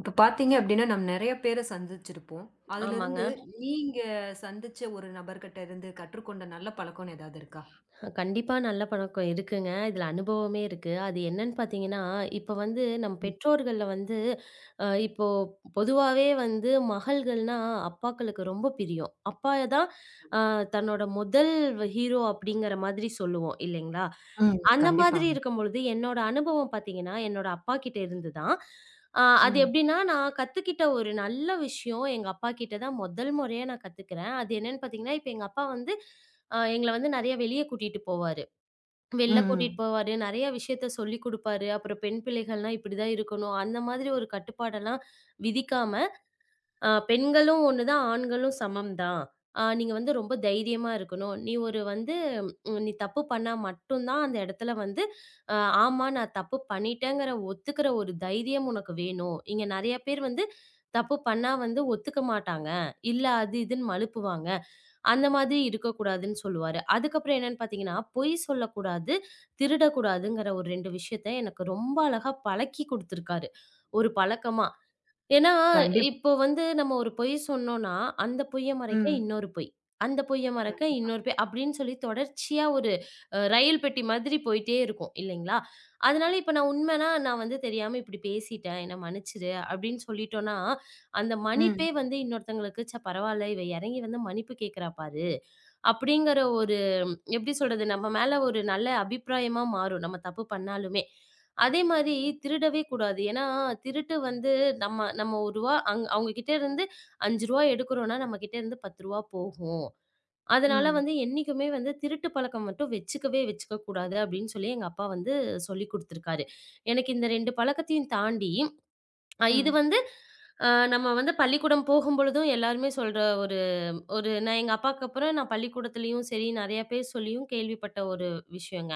இப்ப பார்த்தீங்க அப்டின்னா, நம்ம நெறைய பேர சந்திச்சிருப்போம். ஆமாங்க. அதுலருந்து நீங்க சந்திச்ச ஒரு நபர்கிட்ட இருந்து கற்றுக்கொண்ட நல்ல பழக்கம்ன்னு ஏதாவது இருக்கா? கண்டிப்பா நல்ல பழக்கம் இருக்குங்க. இதுல அனுபவமே இருக்கு. அது என்னன்னு பார்த்தீங்கன்னா, இப்ப வந்து நம்ம ம், பெற்றோர்கள்ல வந்து இப்போ பொதுவாவே வந்து மகள்கள்னா அப்பாக்களுக்கு ரொம்ப பிரியம். அப்பா தான் அ தன்னோட முதல் ஹீரோ அப்படிங்கிற மாதிரி சொல்லுவோம் இல்லைங்களா? ம். அந்த மாதிரி கண்டிப்பாங்க. இருக்கும்பொழுது, என்னோட அனுபவம் பார்த்தீங்கன்னா, என்னோட அப்பாகிட்ட இருந்து தான். அது ம், எப்படின்னா, நான் கத்துக்கிட்ட ஒரு நல்ல விஷயம் எங்க அப்பாகிட்ட தான் முதல் முறையா நான் கத்துக்கிறேன். அது என்னன்னு பார்த்தீங்கன்னா, இப்ப எங்க அப்பா வந்து எங்கள வந்து நெறைய வெளிய கூட்டிட்டு போவாரு. வெளில கூட்டிட்டு ம், போவாரு. நெறைய விஷயத்த சொல்லிக் குடுப்பாரு. அப்புறம் பெண் பிள்ளைகள்னா இப்படிதான் இருக்கணும். அந்த மாதிரி ஒரு கட்டுப்பாடெல்லாம் விதிக்காம, பெண்களும் ஒண்ணு தான், ஆண்களும் சமம் தான். நீங்க வந்து ரொம்ப தைரியமா இருக்கணும். நீ ஒரு வந்து நீ தப்பு பண்ணா மட்டும் தான் அந்த இடத்துல வந்து, அ ஆமா நான் தப்பு பண்ணிட்டேங்கிற ஒத்துக்கிற ஒரு தைரியம் உனக்கு வேணும். இங்க நெறைய பேர் வந்து தப்பு பண்ணா வந்து ஒத்துக்க மாட்டாங்க. இல்ல அது இதுன்னு மழுப்புவாங்க. அந்த மாதிரி இருக்கக்கூடாதுன்னு சொல்லுவாரு. அதுக்கப்புறம் என்னன்னு பார்த்தீங்கன்னா, பொய் சொல்லக்கூடாது, திருடக்கூடாதுங்கிற ஒரு 2 விஷயத்த எனக்கு ரொம்ப அழகா பழக்கி குடுத்துருக்காரு. ஒரு பழக்கமா. ஏன்னா, கண்டிப் இப்போ வந்து நம்ம ஒரு பொய் சொன்னோம்னா, அந்த பொய்ய மறைக்க ம். இன்னொரு பொய். அந்த பொய்ய மறைக்க கண்டிப்பா. இன்னொரு பொய். அப்படின்னு சொல்லி தொடர்ச்சியா ஒரு ரயில் பெட்டி மாதிரி போயிட்டே இருக்கும். இல்லைங்களா? அதனால இப்ப நான் உண்மைன்னா, நான் வந்து தெரியாம இப்படி பேசிட்டேன். என்ன மன்னிச்சுடு அப்படின்னு சொல்லிட்டோம்னா, அந்த ம். மன்னிப்பே கண்டிப்பா. வந்து இன்னொருத்தங்களுக்கு, "ச்ச பரவால்ல. இவ இறங்கி வந்து மன்னிப்பு கேட்கிறா பாரு." அப்படிங்கிற ஒரு எப்படி சொல்றது? நம்ம மேல ஒரு நல்ல அபிப்பிராயமா மாறும், நம்ம தப்பு பண்ணாலுமே. அதே மாரி திருடவே கூடாது. ஏன்னா, திருட்டு வந்து நம்ம நம்ம ரூ. 1 அவங்க கிட்ட இருந்து ரூ. 5 எடுக்கிறோம்னா, நம்ம கிட்ட இருந்து ரூ. 10 போகும். ம், அதனால ம், வந்து என்னைக்குமே வந்து திருட்டு பழக்கம் மட்டும் வச்சுக்க கூடாது அப்படின்னு சொல்லி எங்க அப்பா வந்து சொல்லிக் குடுத்துருக்காரு. எனக்கு இந்த 2 பழக்கத்தையும் தாண்டி இது ம். வந்து நம்ம வந்து பள்ளிக்கூடம் போகும்பொழுதும் எல்லாருமே சொல்ற ஒரு ஒரு நான் எங்க அப்பாவுக்கு அப்புறம் நான் பள்ளிக்கூடத்துலயும் சரி, நெறைய பேர் சொல்லியும் கேள்விப்பட்ட ஒரு விஷயங்க.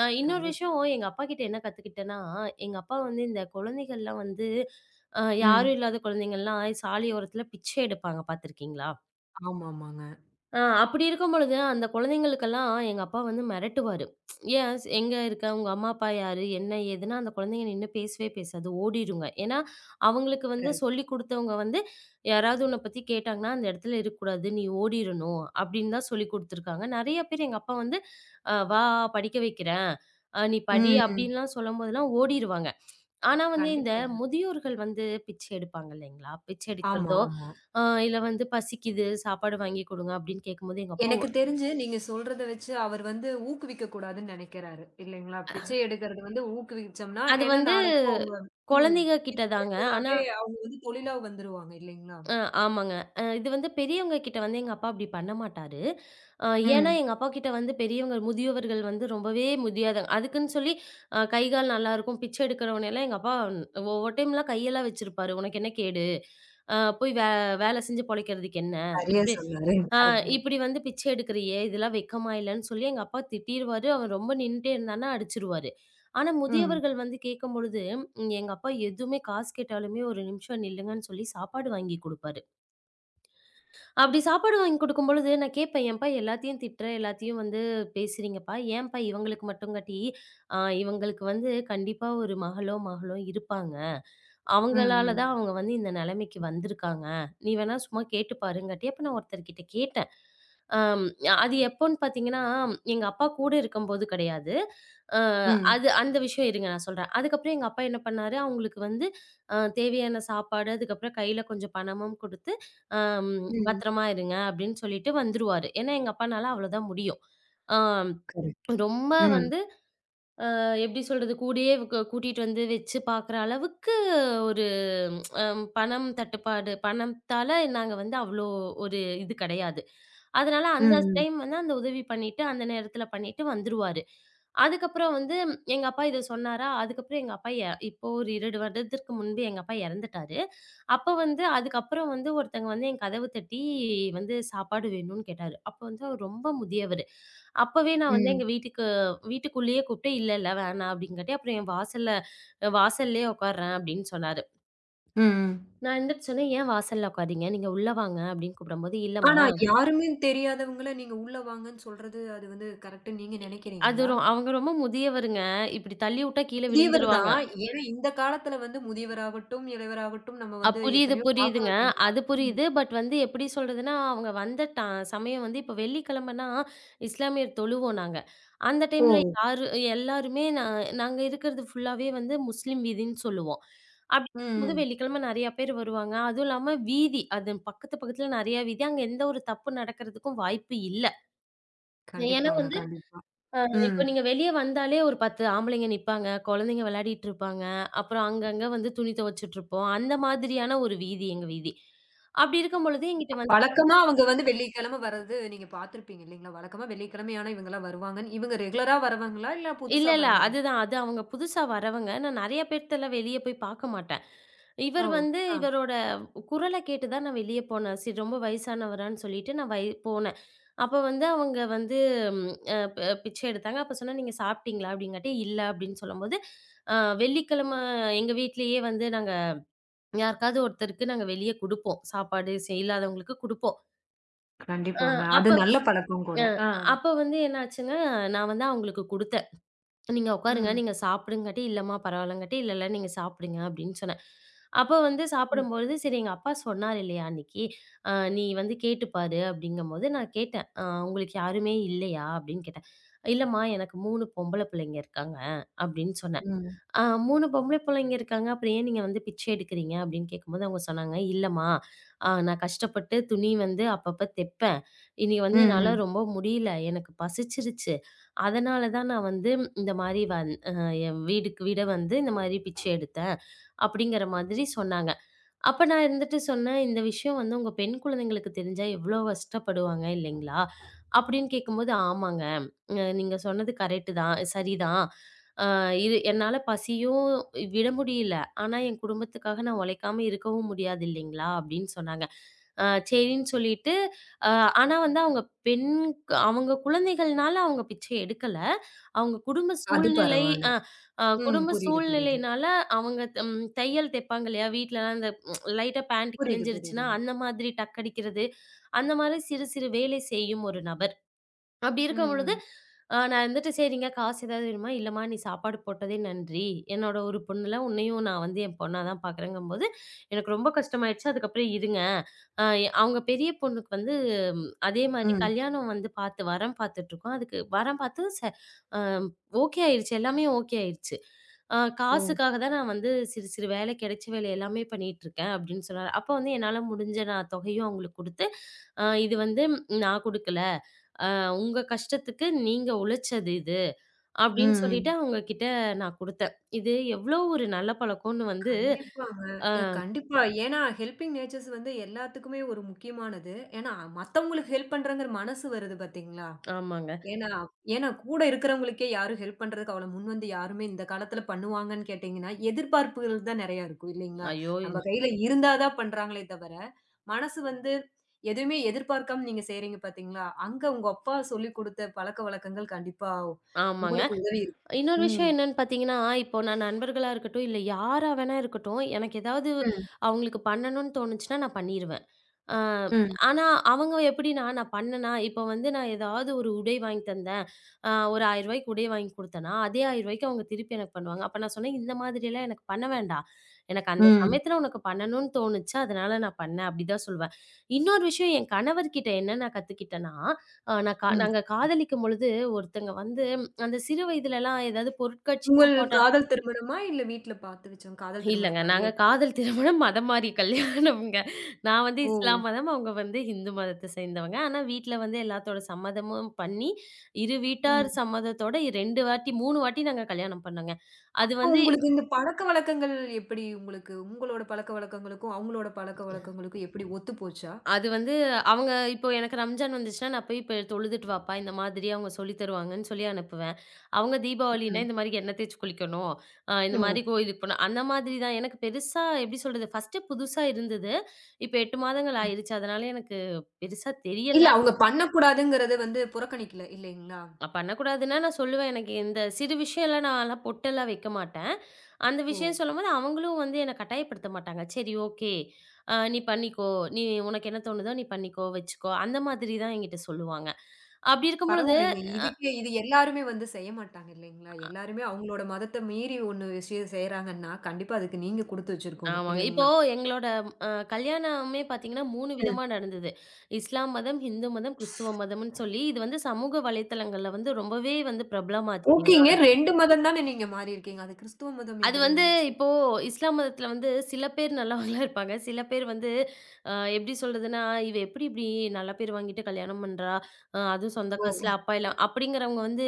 இன்னொரு கண்டிப்பா. விஷயம் எங்க அப்பாகிட்ட என்ன கத்துக்கிட்டேன்னா, எங்க அப்பா வந்து இந்த குழந்தைகள்லாம் வந்து ம். யாரும் இல்லாத குழந்தைங்கள்லாம் சாலை ஓரத்துல பிச்சை எடுப்பாங்க பார்த்துருக்கீங்களா? ஆமாமாங்க. அப்படி இருக்கும் பொழுது, அந்த குழந்தைங்களுக்கெல்லாம் எங்க அப்பா வந்து மிரட்டுவாரு. "ஏன் எங்க இருக்க? உங்க அம்மா, அப்பா யாரு? என்ன ஏதுன்னு?" அந்த குழந்தைங்க நின்னு பேசவே பேசாது. ஓடிருங்க. ஏன்னா, அவங்களுக்கு வந்து கரெக்ட். சொல்லிக் குடுத்தவங்க வந்து, "யாராவது உன்ன பத்தி கேட்டாங்கன்னா, அந்த இடத்துல இருக்கக்கூடாது. நீ ஓடிரணும்." அப்படின்னு தான் சொல்லிக் குடுத்துருக்காங்க. நெறைய பேர் எங்க அப்பா வந்து, வா படிக்க வைக்கிறேன். நீ படி" ம், ம். அப்படின்லாம் சொல்லும்போதெல்லாம் ஓடிருவாங்க. ஆனா வந்து இந்த கண்டிப்பாங்க. முதியோர்கள் வந்து பிச்சை எடுப்பாங்க இல்லைங்களா? பிச்சை ஆமா, எடுக்கிறதோ, ஆமா. இல்ல வந்து பசிக்குது சாப்பாடு வாங்கி குடுங்க அப்படின்னு கேட்கும்போது எங்க அப்பா எனக்கு தெரிஞ்சு நீங்க சொல்றத வச்சு அவர் வந்து ஊக்குவிக்க கூடாதுன்னு நெனைக்கிறாரு. இல்லைங்களா? பிச்சை எடுக்கிறது வந்து ஊக்குவிச்சோம்னா, அது ஏன்னா வந்து நாளைக்கு அவங்க ம். குழந்தைங்க கிட்ட பிச்சை தாங்க. ஆனா எடுக்கிறதாவே அவங்க வந்து தொழிலா வந்துருவாங்க இல்லைங்களா? அ ஆமாங்க. இது வந்து பெரியவங்க கிட்ட வந்து எங்க அப்பா அப்படி பண்ண மாட்டாரு. அ ஏன்னா ம். எங்க அப்பா கிட்ட வந்து பெரியவங்க முதியவர்கள் வந்து ரொம்பவே முடியாதவங்க. அதுக்குன்னு சொல்லி கை, கால் நல்லாயிருக்கும். பிச்சை எடுக்கிறவன எல்லாம் எங்க அப்பா ஒவ்வொரு டைம்லாம் கையெல்லாம் வச்சிருப்பாரு. "உனக்கு என்ன கேடு? அ போய் வே வேலை செஞ்சு பொழைக்கிறதுக்கு என்ன?" சரியா இப்படி சொன்னாரு. ஆ கரெக்ட்டு. "இப்படி வந்து பிச்சை எடுக்கிறியே! இதெல்லாம் வெட்கமா இல்லன்னு?" சொல்லி எங்க அப்பா திட்டிருவாரு. அவன் ரொம்ப நின்னுட்டே இருந்தான்னா அடிச்சுருவாரு. ஆனா ம். முதியவர்கள் வந்து கேட்கும்பொழுது, எங்க அப்பா எதுவுமே காசு கேட்டாலுமே, "ஒரு நிமிஷம் நில்லுங்கன்னு" சொல்லி சாப்பாடு வாங்கி குடுப்பாரு. அப்படி சாப்பாடு வாங்கி குடுக்கும்பொழுது நான் கேட்பேன், "ஏன்ப்பா எல்லாத்தையும் திட்டுற, எல்லாத்தையும் வந்து பேசுறீங்கப்பா? ஏன்ப்பா இவங்களுக்கு மட்டும் காட்டி, இவங்களுக்கு வந்து கண்டிப்பா ஒரு மகளோ, மகளோ இருப்பாங்க. ம். அவங்களால ம். தான் அவங்க வந்து இந்த நிலைமைக்கு வந்திருக்காங்க. நீ வேணா சும்மா கேட்டு பாருங்காட்டி, அப்ப நான் ஒருத்தர்கிட்ட கேட்டேன். அம் அது எப்போன்னு பார்த்தீங்கன்னா, எங்க அப்பா கூட இருக்கும்போது கிடையாது. அ ம். அது அந்த விஷயம் இருங்க நான் சொல்றேன். அதுக்கப்புறம் எங்க அப்பா என்ன பண்ணாரு, அவங்களுக்கு வந்து தேவையான சாப்பாடு, அதுக்கப்புறம் கையில கொஞ்சம் பணமும் குடுத்து, அம் ம். "பத்திரமா இருங்க" அப்படின்னு சொல்லிட்டு வந்துருவாரு. ஏன்னா எங்க அப்பானால அவ்வளோதான் முடியும். ஆ கரெக்ட். ரொம்ப ம். வந்து எப்படி சொல்றது? கூடயே கூட்டிட்டு வந்து வச்சு பார்க்குற அளவுக்கு ஒரு அ பணம் தட்டுப்பாடு பணத்தால நாங்க வந்து அவ்ளோ ஒரு இது கிடையாது. அதனால ம். அந்த ம். டைம் வந்து அந்த உதவி பண்ணிட்டு, அந்த நேரத்தில பண்ணிட்டு வந்துருவாரு. அதுக்கப்புறம் வந்து எங்க அப்பா இத சொன்னாரா, அதுக்கப்புறம் எங்க அப்பா இப்போ ஒரு 2 வருடத்திற்கு முன்பு எங்க அப்பா இறந்துட்டாரு. அப்ப வந்து அதுக்கப்புறம் வந்து ஒருத்தங்க வந்து என் கதவு தட்டி வந்து சாப்பாடு வேணும்னு கேட்டாரு. அப்ப வந்து அவர் ரொம்ப முதியவரு. அப்பவே நான் வந்து ம். எங்க வீட்டுக்கு வீட்டுக்குள்ளேயே கூப்பிட்டு, "இல்ல, இல்ல வேணாம்" அப்படிங்காட்டி, அப்புறம் என் வாசல்ல "வாசல்லயே உட்காருறேன்" அப்படின்னு சொன்னாரு. ம். நான் எந்திரிச்ச உடனே, "ஏன் வாசல்ல உட்காரீங்க? நீங்க உள்ள வாங்க" அப்படின்னு கூப்பிடும்போது, ஆனா "இல்லம்மா" யாருமே தெரியாதவங்கள நீங்க உள்ள வாங்கன்னு சொல்றது, அது வந்து கரெக்ட்டுன்னு நீங்க அது நெனைக்கிறீங்களா? ரொ அவங்க ரொம்ப முதியவருங்க. இப்டி தள்ளி வுட்டா கீழ முதியவர் விழுந்துருவாங்க. தான். ஏன்னா இந்த காலத்துல வந்து முதியவராகட்டும், இளையவராகட்டும் நம்ம வந்து புரியுது, எத்தனையோ புரியுதுங்க. பார்க்குறோம் இல்லைங்களா? அது ம். புரியுது. பட் வந்து எப்டி சொல்றதுன்னா, அவங்க வந்த சமயம் வந்து இப்ப வெள்ளிக்கிழமைனா, இஸ்லாமியர் தொழுவோம் நாங்க. அந்த டைம்ல ஓ! யாரு எல்லாருமே நாங்க இருக்கிறது ஃபுல்லாவே வந்து முஸ்லீம் வீதின்னு சொல்லுவோம். அப்டி ம், இருக்கும்போது ம். வெள்ளிக்கிழமை நெறையா பேர் வருவாங்க. அதுவும் இல்லாம வீதி. அது பக்கத்து பக்கத்துல நெறையா வீதி. அங்க எந்த ஒரு தப்பு நடக்கிறதுக்கும் வாய்ப்பு இல்ல. ஏன்னா கண்டிப்பாங்க, வந்து கண்டிப்பா. ம். இப்போ நீங்க வெளிய வந்தாலே ஒரு 10 ஆம்பளைங்க நிப்பாங்க. குழந்தைங்க விளையாடிட்டு இருப்பாங்க. அப்புறம் அங்கங்க வந்து துணி துவைச்சுட்ருப்போம். அந்த மாதிரியான ஒரு வீதி எங்க வீதி. அப்படி இருக்கும் பொழுது என்கிட்ட வந்து வழக்கமா அவங்க வந்து வெள்ளிக்கிழமை வர்றது நீங்க பார்த்துருப்பீங்க இல்லைங்களா? வழக்கமா வெள்ளிக்கிழமை ஆனா இவங்கலாம் வருவாங்கன்னு. இவங்க ரெகுலரா வரவங்களா? இல்ல இல்ல, புதுசா இல்ல. வந்தவங்க? அதுதான். அது அவங்க புதுசா வரவங்க. நான் நெறைய பேர்த்தலாம் வெளிய போய் பார்க்க மாட்டேன். ஓ! இவர் வந்து ஆ. இவரோட குரல கேட்டு தான் நான் வெளிய போனேன். சரி ரொம்ப வயசானவரான்னு சொல்லிட்டு நான் வை போனேன். அப்ப வந்து அவங்க வந்து ம் அ ப பிச்சை எடுத்தாங்க. அப்ப சொன்னேன், "நீங்க சாப்பிட்டீங்களா?" அப்படிங்காட்டி, "இல்ல" அப்படின்னு சொல்லும்போது, "அ வெள்ளிக்கிழமை எங்க வீட்லயே வந்து நாங்க யாருக்காவது ஒருத்தருக்கு நாங்க வெளிய குடுப்போம். சாப்பாடு இல்லாதவங்களுக்கு குடுப்போம். அ கண்டிப்பாங்க. அது அப்ப நல்ல பழக்கம் கூட. அ ஆ. அப்ப வந்து என்னாச்சுன்னா, நான் வந்து அவங்களுக்கு குடுத்தேன். "நீங்க உட்காருங்க. ம். நீங்க சாப்பிடுங்காட்டி, இல்லம்மா பரவாயில்லங்காட்டி, இல்ல, இல்ல நீங்க சாப்பிடுங்க" அப்படின்னு சொன்னேன். அப்ப வந்து ம். சாப்பிடும்பொழுது, சரி எங்க அப்பா சொன்னாரு இல்லையா அன்னைக்கு, நீ வந்து கேட்டு பாரு" அப்படிங்கும்போது நான் கேட்டேன். உங்களுக்கு யாருமே இல்லையா?" அப்படின்னு கேட்டேன். "இல்லம்மா எனக்கு 3 பொம்பள பிள்ளைங்க இருக்காங்க" அப்படின்னு சொன்னேன். ம். ஆ 3 பொம்பள புள்ளைங்க இருக்காங்க. அப்புறம் ஏன் நீங்க வந்து பிச்சை எடுக்கிறீங்க? அப்படின்னு கேட்கும்போது அவங்க சொன்னாங்க, "இல்லம்மா, நான் கஷ்டப்பட்டு துணி வந்து அப்பப்ப தெப்பேன். இன்னைக்கு ம். வந்து என்னால ம். ரொம்ப முடியல. எனக்கு பசிச்சிருச்சு. அதனால தான் நான் வந்து இந்த மாரி வந் அ என் வீட வந்து இந்த மாரி பிச்சை எடுத்தேன்." அப்படிங்கிற மாதிரி சொன்னாங்க. அப்ப நான் இருந்துட்டு சொன்னேன், "இந்த விஷயம் வந்து உங்க பெண் குழந்தைங்களுக்கு தெரிஞ்சா எவ்வளோ கஷ்டப்படுவாங்க இல்லைங்களா?" அப்படின்னு கேட்கும்போது, "ஆமாங்க. நீங்க சொன்னது கரெக்ட்டு தான். சரிதான். அ இது என்னால பசியும் விட முடியல. ஆனா, என் குடும்பத்துக்காக நான் உழைக்காம இருக்கவும் முடியாது இல்லைங்களா?" அப்படின்னு சொன்னாங்க. சரின்னு சொல்லிட்டு, அ ஆனா வந்து அவங்க பெண் அவங்க குழந்தைகள்னால அவங்க பிச்சை எடுக்கல. அவங்க குடும்ப அது சூழ்நிலை பரவால்ல. அ அ ம். குடும்ப புரியுது, புரியுது. சூழ்நிலையினால அவங்க த- ம் தையல் தைப்பாங்க இல்லையா? வீட்லலாம் இந்த லைட்டா பேண்ட் புரியுது, கிழிஞ்சிருச்சுன்னா, புரியுதுங்க. அந்த மாதிரி டக் அடிக்கிறது. அந்த மாரி சிறு சிறு வேலை செய்யும் ஒரு நபர். அப்படி ம். இருக்கும் பொழுது, ம். நான் வந்துட்டு "சரிங்க காசு ஏதாவது வேணுமா?" "இல்லம்மா நீ சாப்பாடு போட்டதே நன்றி. என்னோட ஒரு பொண்ணுல உன்னையும் நான் வந்து என் பொண்ணா தான் பார்க்குறேங்கும்போது, எனக்கு ரொம்ப கஷ்டமாயிடுச்சு. அதுக்கப்புறம் இருங்க. அ அவங்க பெரிய பொண்ணுக்கு வந்து அதே மாரி ம். கல்யாணம் வந்து பார்த்து வரன் பார்த்துட்டுருக்கோம். அதுக்கு வரன் பார்த்து ச அ ஓகே ஆயிடுச்சு. எல்லாமே ஓகே ஆயிடுச்சு. ஓ! காசுக்காக தான் நான் வந்து சிறு சிறு வேலை கிடைச்ச வேலை எல்லாமே பண்ணிட்டுருக்கேன்." அப்படின்னு சொன்னாரு. அப்போ வந்து என்னால முடிஞ்ச நான் தொகையும் அவங்களுக்கு குடுத்து, அ இது வந்து ம், நான் குடுக்கல. அ உங்க கஷ்டத்துக்கு நீங்க உழைச்சது இது. அப்படின்னு சொல்லிட்டு ம். அவங்க கிட்ட நான் குடுத்தேன். இது எவ்ளோ ஒரு நல்ல பழக்கம்னு வந்து கண்டிப்பாங்க. அ கண்டிப்பா. ஏன்னா, ஹெல்பிங் நேச்சர்ஸ் வந்து எல்லாத்துக்குமே ஒரு முக்கியமானது. ஏன்னா, மத்தவங்களுக்கு ஹெல்ப் பண்றங்கிற மனசு வருது பார்த்தீங்களா? ஆமாங்க. ஏன்னா ஏன்னா கூட இருக்கிறவங்களுக்கே யாரும் ஹெல்ப் பண்றதுக்கு அவ்வளோ முன் வந்து யாருமே இந்த காலத்தில பண்ணுவாங்கன்னு கேட்டீங்கன்னா, எதிர்பார்ப்புகள் தான் நெறையா இருக்கும் இல்லைங்களா? ஐயோ! இ- நம்ம கையில இருந்தா தான் பண்றாங்களே தவிர, மனசு வந்து எதுவுமே எதிர்பார்க்காம நீங்க செய்றீங்க பார்த்தீங்களா? அங்க உங்க அப்பா சொல்லிக் குடுத்த பழக்கவழக்கங்கள் கண்டிப்பா ஆமாங்க. உங்களுக்கு உதவி இருக்கு. இன்னொரு விஷயம் ம். என்னன்னு பார்த்தீங்கன்னா, இப்போ நான் நண்பர்களா இருக்கட்டும், இல்ல யாரா வேணா இருக்கட்டும், எனக்கு ஏதாவது ம். அவங்களுக்கு பண்ணணும்னு தோணுச்சுன்னா நான் பண்ணிருவேன். அ ம். ஆனா அவங்க எப்படின்னா, நான் பண்ணேனா, இப்போ வந்து நான் ஏதாவது ஒரு உடை வாங்கி தந்தேன். ஒரு ரூ. 1000க்கு உடை வாங்கி குடுத்தேன்னா, அதே ரூ. 1000க்கு அவங்க திருப்பி எனக்கு பண்ணுவாங்க. அப்ப நான் சொன்னேன், "இந்த மாதிரிலாம் எனக்கு பண்ண வேண்டாம். எனக்கு அந்த ம். சமயத்துல உனக்கு பண்ணணும்னு தோணுச்சு. அதனால நான் பண்ணேன்." அப்படி தான் சொல்லுவேன். இன்னொரு விஷயம் என் கணவர்கிட்ட என்ன நான் கத்துக்கிட்டேன்னா, அ நான் கா ம். நாங்க காதலிக்கும் பொழுது ஒருத்தங்க வந்து அந்த சிறு வயதுலலாம் ஏதாவது உங்கள் பொருட்காட்சிலாம் போட்டாங்கன்னா காதல் திருமணமா? இல்ல வீட்ல பார்த்து வச்சவங்க காதல் திருமணம் இல்லங்க. தான் நாங்க இல்லையா? காதல் திருமணம் மதம் மாறிய கல்யாணம்ங்க. நான் வந்து ஓ! இஸ்லாம் மதம், அவங்க வந்து ஹிந்து மதத்த சேர்ந்தவங்க. ஆனா வீட்ல வந்து எல்லாத்தோட சம்மதமும் பண்ணி, இரு வீட்டார் ம். சம்மதத்தோட 2 வாட்டி 3 வாட்டி நாங்க கல்யாணம் பண்ணோங்க. அது அப்போ வந்து உங்களுக்கு இந்த பழக்கவழக்கங்கள் எப்படி உங்களுக்கு உங்களோட பழக்கவழக்கங்களுக்கும், அவங்களோட பழக்கவழக்கங்களுக்கும் எப்படி ஒத்துப்போச்சா? அது வந்து அவங்க இப்போ எனக்கு ரம்ஜான் வந்துச்சுன்னா, நான் போய் இப்ப தொழுதுட்டு வாப்பா, இந்த மாதிரி அவங்க சொல்லி தருவாங்கன்னு சொல்லி அனுப்புவேன். அவங்க தீபாவளின்னா, ம். இந்த மாரி எண்ணெய் தேய்ச்சு குளிக்கணும். இந்த ஓ! மாரி கோயிலுக்கு போணும். அந்த மாதிரி தான். எனக்கு பெருசா எப்படி சொல்றது? ஃபர்ஸ்ட்டு புதுசா இருந்தது. இப்ப 8 மாதங்கள் ஆயிருச்சு. அதனால எனக்கு பெருசா இல்ல தெரியல. அவங்க பண்ணக்கூடாதுங்கிறத வந்து புறக்கணிக்கல இல்லைங்களா? பண்ணக்கூடாதுன்னா நான் சொல்லுவேன். எனக்கு இந்த சிறு விஷயம்லாம் நான்லாம் பொட்டெல்லாம் வைக்க மாட்டேன். அந்த ஓ! விஷயம் சொல்லும்போது அவங்களும் வந்து என்ன கட்டாயப்படுத்த மாட்டாங்க. "சரி ஓகே. நீ பண்ணிக்கோ. நீ உனக்கு என்ன தோணுதோ நீ பண்ணிக்கோ, வச்சுக்கோ." அந்த மாதிரி தான் என்கிட்ட சொல்லுவாங்க. அப்படி இருக்கும் பொழுது பரவாயில்லைங்க. இதுக்கே இது எல்லாருமே வந்து செய்ய மாட்டாங்க இல்லைங்களா? எல்லாருமே அவங்களோட மதத்த மீறி ஒண்ணு விஷயம் செய்றாங்கன்னா, கண்டிப்பா அதுக்கு நீங்க குடுத்து வச்சிருக்கணும் ஆமாங்க. இப்போ இல்லைங்களா? எங்களோட கல்யாணமே பார்த்தீங்கன்னா 3 ம். விதமா நடந்தது. இஸ்லாம் மதம், இந்து மதம், கிறிஸ்துவ மதம்ன்னு சொல்லி இது வந்து சமூக வலைத்தளங்கள்ல வந்து ரொம்பவே வந்து பிரபலமாச்சு ஓகேங்க. எங்களோட 2 மதம் தானே நீங்க மாறியிருக்கீங்க. அது கிறிஸ்துவ மதம் அது எப்படி வந்து வந்துச்சு? இப்போ இஸ்லாம் மதத்துல வந்து சில பேர் நல்லவங்களா இருப்பாங்க. சில பேர் வந்து எப்படி சொல்றதுன்னா, "இவ எப்படி இப்படி நல்ல பேர் வாங்கிட்டு கல்யாணம் பண்றா? அதுவும் சொந்த காசுல அப்பா இல்ல" அப்படிங்கிறவங்க வந்து,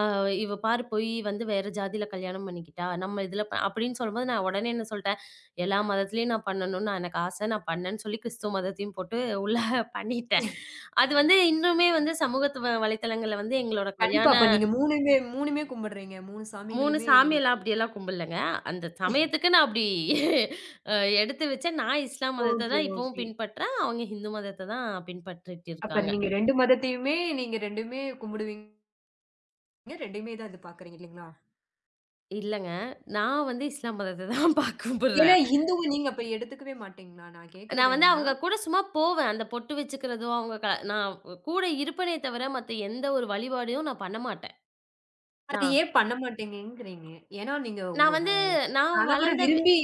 "அ இவ பாரு போய் வந்து வேற ஜாதியில கல்யாணம் பண்ணிக்கிட்டா. நம்ம இதுல" அப்படின்னு சொல்லும்போது நான் உடனே என்ன சொல்ட்டேன், "எல்லா மதத்துலயும் நான் பண்ணணும்னு நான் எனக்கு ஆசை. நான் பண்ணேன்னு" சொல்லி கிறிஸ்துவ மதத்தையும் போட்டு உள்ள ஓ! பண்ணிட்டேன். அது வந்து இன்னுமே வந்து சமூகத்து வலைத்தளங்கள்ல வந்து எங்களோட கண்டிப்பா. கல்யாண அப்ப நீங்க 3மே கும்பிடுறீங்க. 3 3 சாமிகளுமே நீங்க சாமியெல்லாம் அப்படியெல்லாம் கும்பிடலங்க. அந்த சமயத்துக்கு நான் அப்படி அ எடுத்து வச்சேன். நான் இஸ்லாம் மதத்த ஓகே, தான் இப்பவும் ஓகே. பின்பற்றேன். அவங்க ஹிந்து மதத்த தான் பின்பற்றிட்டு அப்ப இருக்காங்க. நீங்க 2 மதத்தையுமே நீங்க 2மே கும்பிடுவீங்க. 2மே தான் இது பார்க்குறீங்க இல்லீங்களா? இல்லங்க. நான் வந்து இஸ்லாம் மதத்த தான் ஏன்னா கும்பிடுறேன். ஹிந்துவ நீங்க அப்ப எடுத்துக்கவே மாட்டீங்களா? நான் கேட்கறது நான் வந்து என்னன்னா, அவங்க கூட சும்மா போவேன். அந்த பொட்டு வச்சுக்கிறதோ, அவங்க நான் கூட இருப்பனே தவிர மத்த எந்த ஒரு வழிபாடையும் நான் பண்ண மாட்டேன். அது நான் ஏன் பண்ண மாட்டீங்கங்கிறீங்க? ஏன்னா நீங்க உங்க நான் வந்து நான் கணவர வளர்ந்த விரும்பி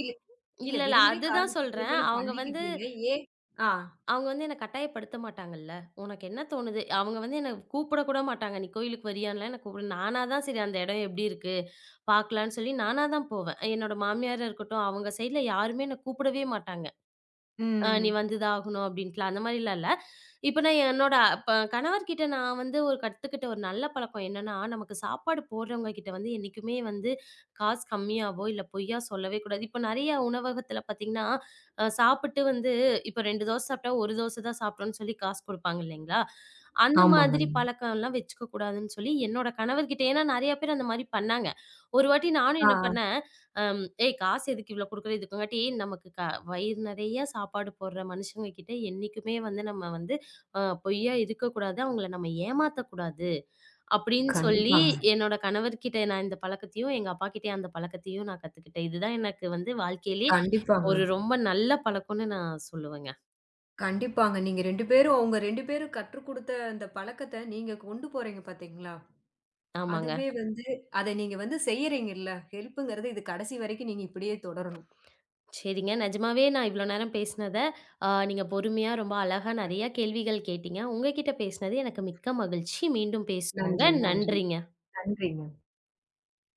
இல்ல இல்ல, இல்ல. விரும்பி அதுதான் காதலிச்சு சொல்றேன். திருமணம் அவங்க வந்து பண்ணிக்கிட்டீங்க. ஏன் ஆ. அவங்க வந்து என்ன கட்டாயப்படுத்த மாட்டாங்கல்ல. உனக்கு என்ன தோணுது? அவங்க வந்து என்ன கூப்பிட கூட மாட்டாங்க. நீ கோயிலுக்கு வரியான்னுலாம் என்ன கூப்பிட நானா தான் சரி அந்த இடம் எப்படி இருக்கு? பார்க்கலான்னு சொல்லி நானா தான் போவேன். என்னோட மாமியாரா இருக்கட்டும், அவங்க சைட்ல யாருமே என்ன கூப்பிடவே மாட்டாங்க. நீ ம். வந்துதான் ஆகணும் அப்படின்ட்டுலாம் அந்த மாரிலாம் இல்ல. இப்ப நான் என்னோட இப்ப கணவர்கிட்ட நான் வந்து ஒரு கத்துக்கிட்ட ஒரு நல்ல பழக்கம் என்னன்னா, நமக்கு சாப்பாடு போடுறவங்க கிட்ட வந்து என்னைக்குமே வந்து காசு கம்மியாவோ, இல்ல பொய்யா சொல்லவே கூடாது. இப்ப நெறைய உணவகத்துல பார்த்தீங்கன்னா, சாப்பிட்டு வந்து இப்ப 2 தோசை சாப்பிட்டா 1 தோசை தான் சாப்பிட்டோம்னு சொல்லி காசு குடுப்பாங்க இல்லைங்களா? அந்த ஆமாங்க. மாதிரி பழக்கம்லாம் வச்சுக்க கூடாதுன்னு சொல்லி என்னோட கணவர்கிட்ட ஏன்னா நெறைய பேர் அந்த மாரி பண்ணாங்க. ஒரு வாட்டி நானும் ஆ. என்ன பண்ணேன் ஏய் காசு எதுக்கு இவ்வளோ குடுக்குற? இதுக்காட்டி நமக்கு வயிறு நெறைய சாப்பாடு போடுற மனுஷங்க கிட்ட என்னைக்குமே வந்து நம்ம வந்து பொய்யா இருக்கக்கூடாது. அவங்கள நம்ம ஏமாத்தக்கூடாது. அப்படின்னு சொல்லி கண்டிப்பாங்க, என்னோட கணவர்கிட்ட நான் இந்த பழக்கத்தையும், எங்க அப்பாகிட்டயும் அந்த பழக்கத்தையும் நான் கத்துக்கிட்டேன். இதுதான் எனக்கு வந்து வாழ்க்கையிலே கண்டிப்பாங்க. ஒரு ரொம்ப நல்ல பழக்கம்னு நான் சொல்லுவேங்க. கண்டிப்பாங்க. நீங்க 2 பேரும் உங்க 2 பேரும் கற்றுக் குடுத்த அந்த பழக்கத்த நீங்க கொண்டு போறீங்க பாத்தீங்களா? ஆமாங்க. அதுவே வந்து அத நீங்க வந்து செய்யறீங்கல்ல. ஹெல்ப்ங்கிறது இது கடைசி வரைக்கும் நீங்க இப்படியே தொடரணும். சரிங்க. நிஜமாவே நான் இவ்வளோ நேரம் பேசினத நீங்க பொறுமையா ரொம்ப அழகா நெறைய கேள்விகள் கேட்டீங்க. உங்ககிட்ட பேசினது எனக்கு மிக்க மகிழ்ச்சி. மீண்டும் பேசுவோங்க. நன்றி, நன்றி. நன்றிங்க. நன்றிங்க.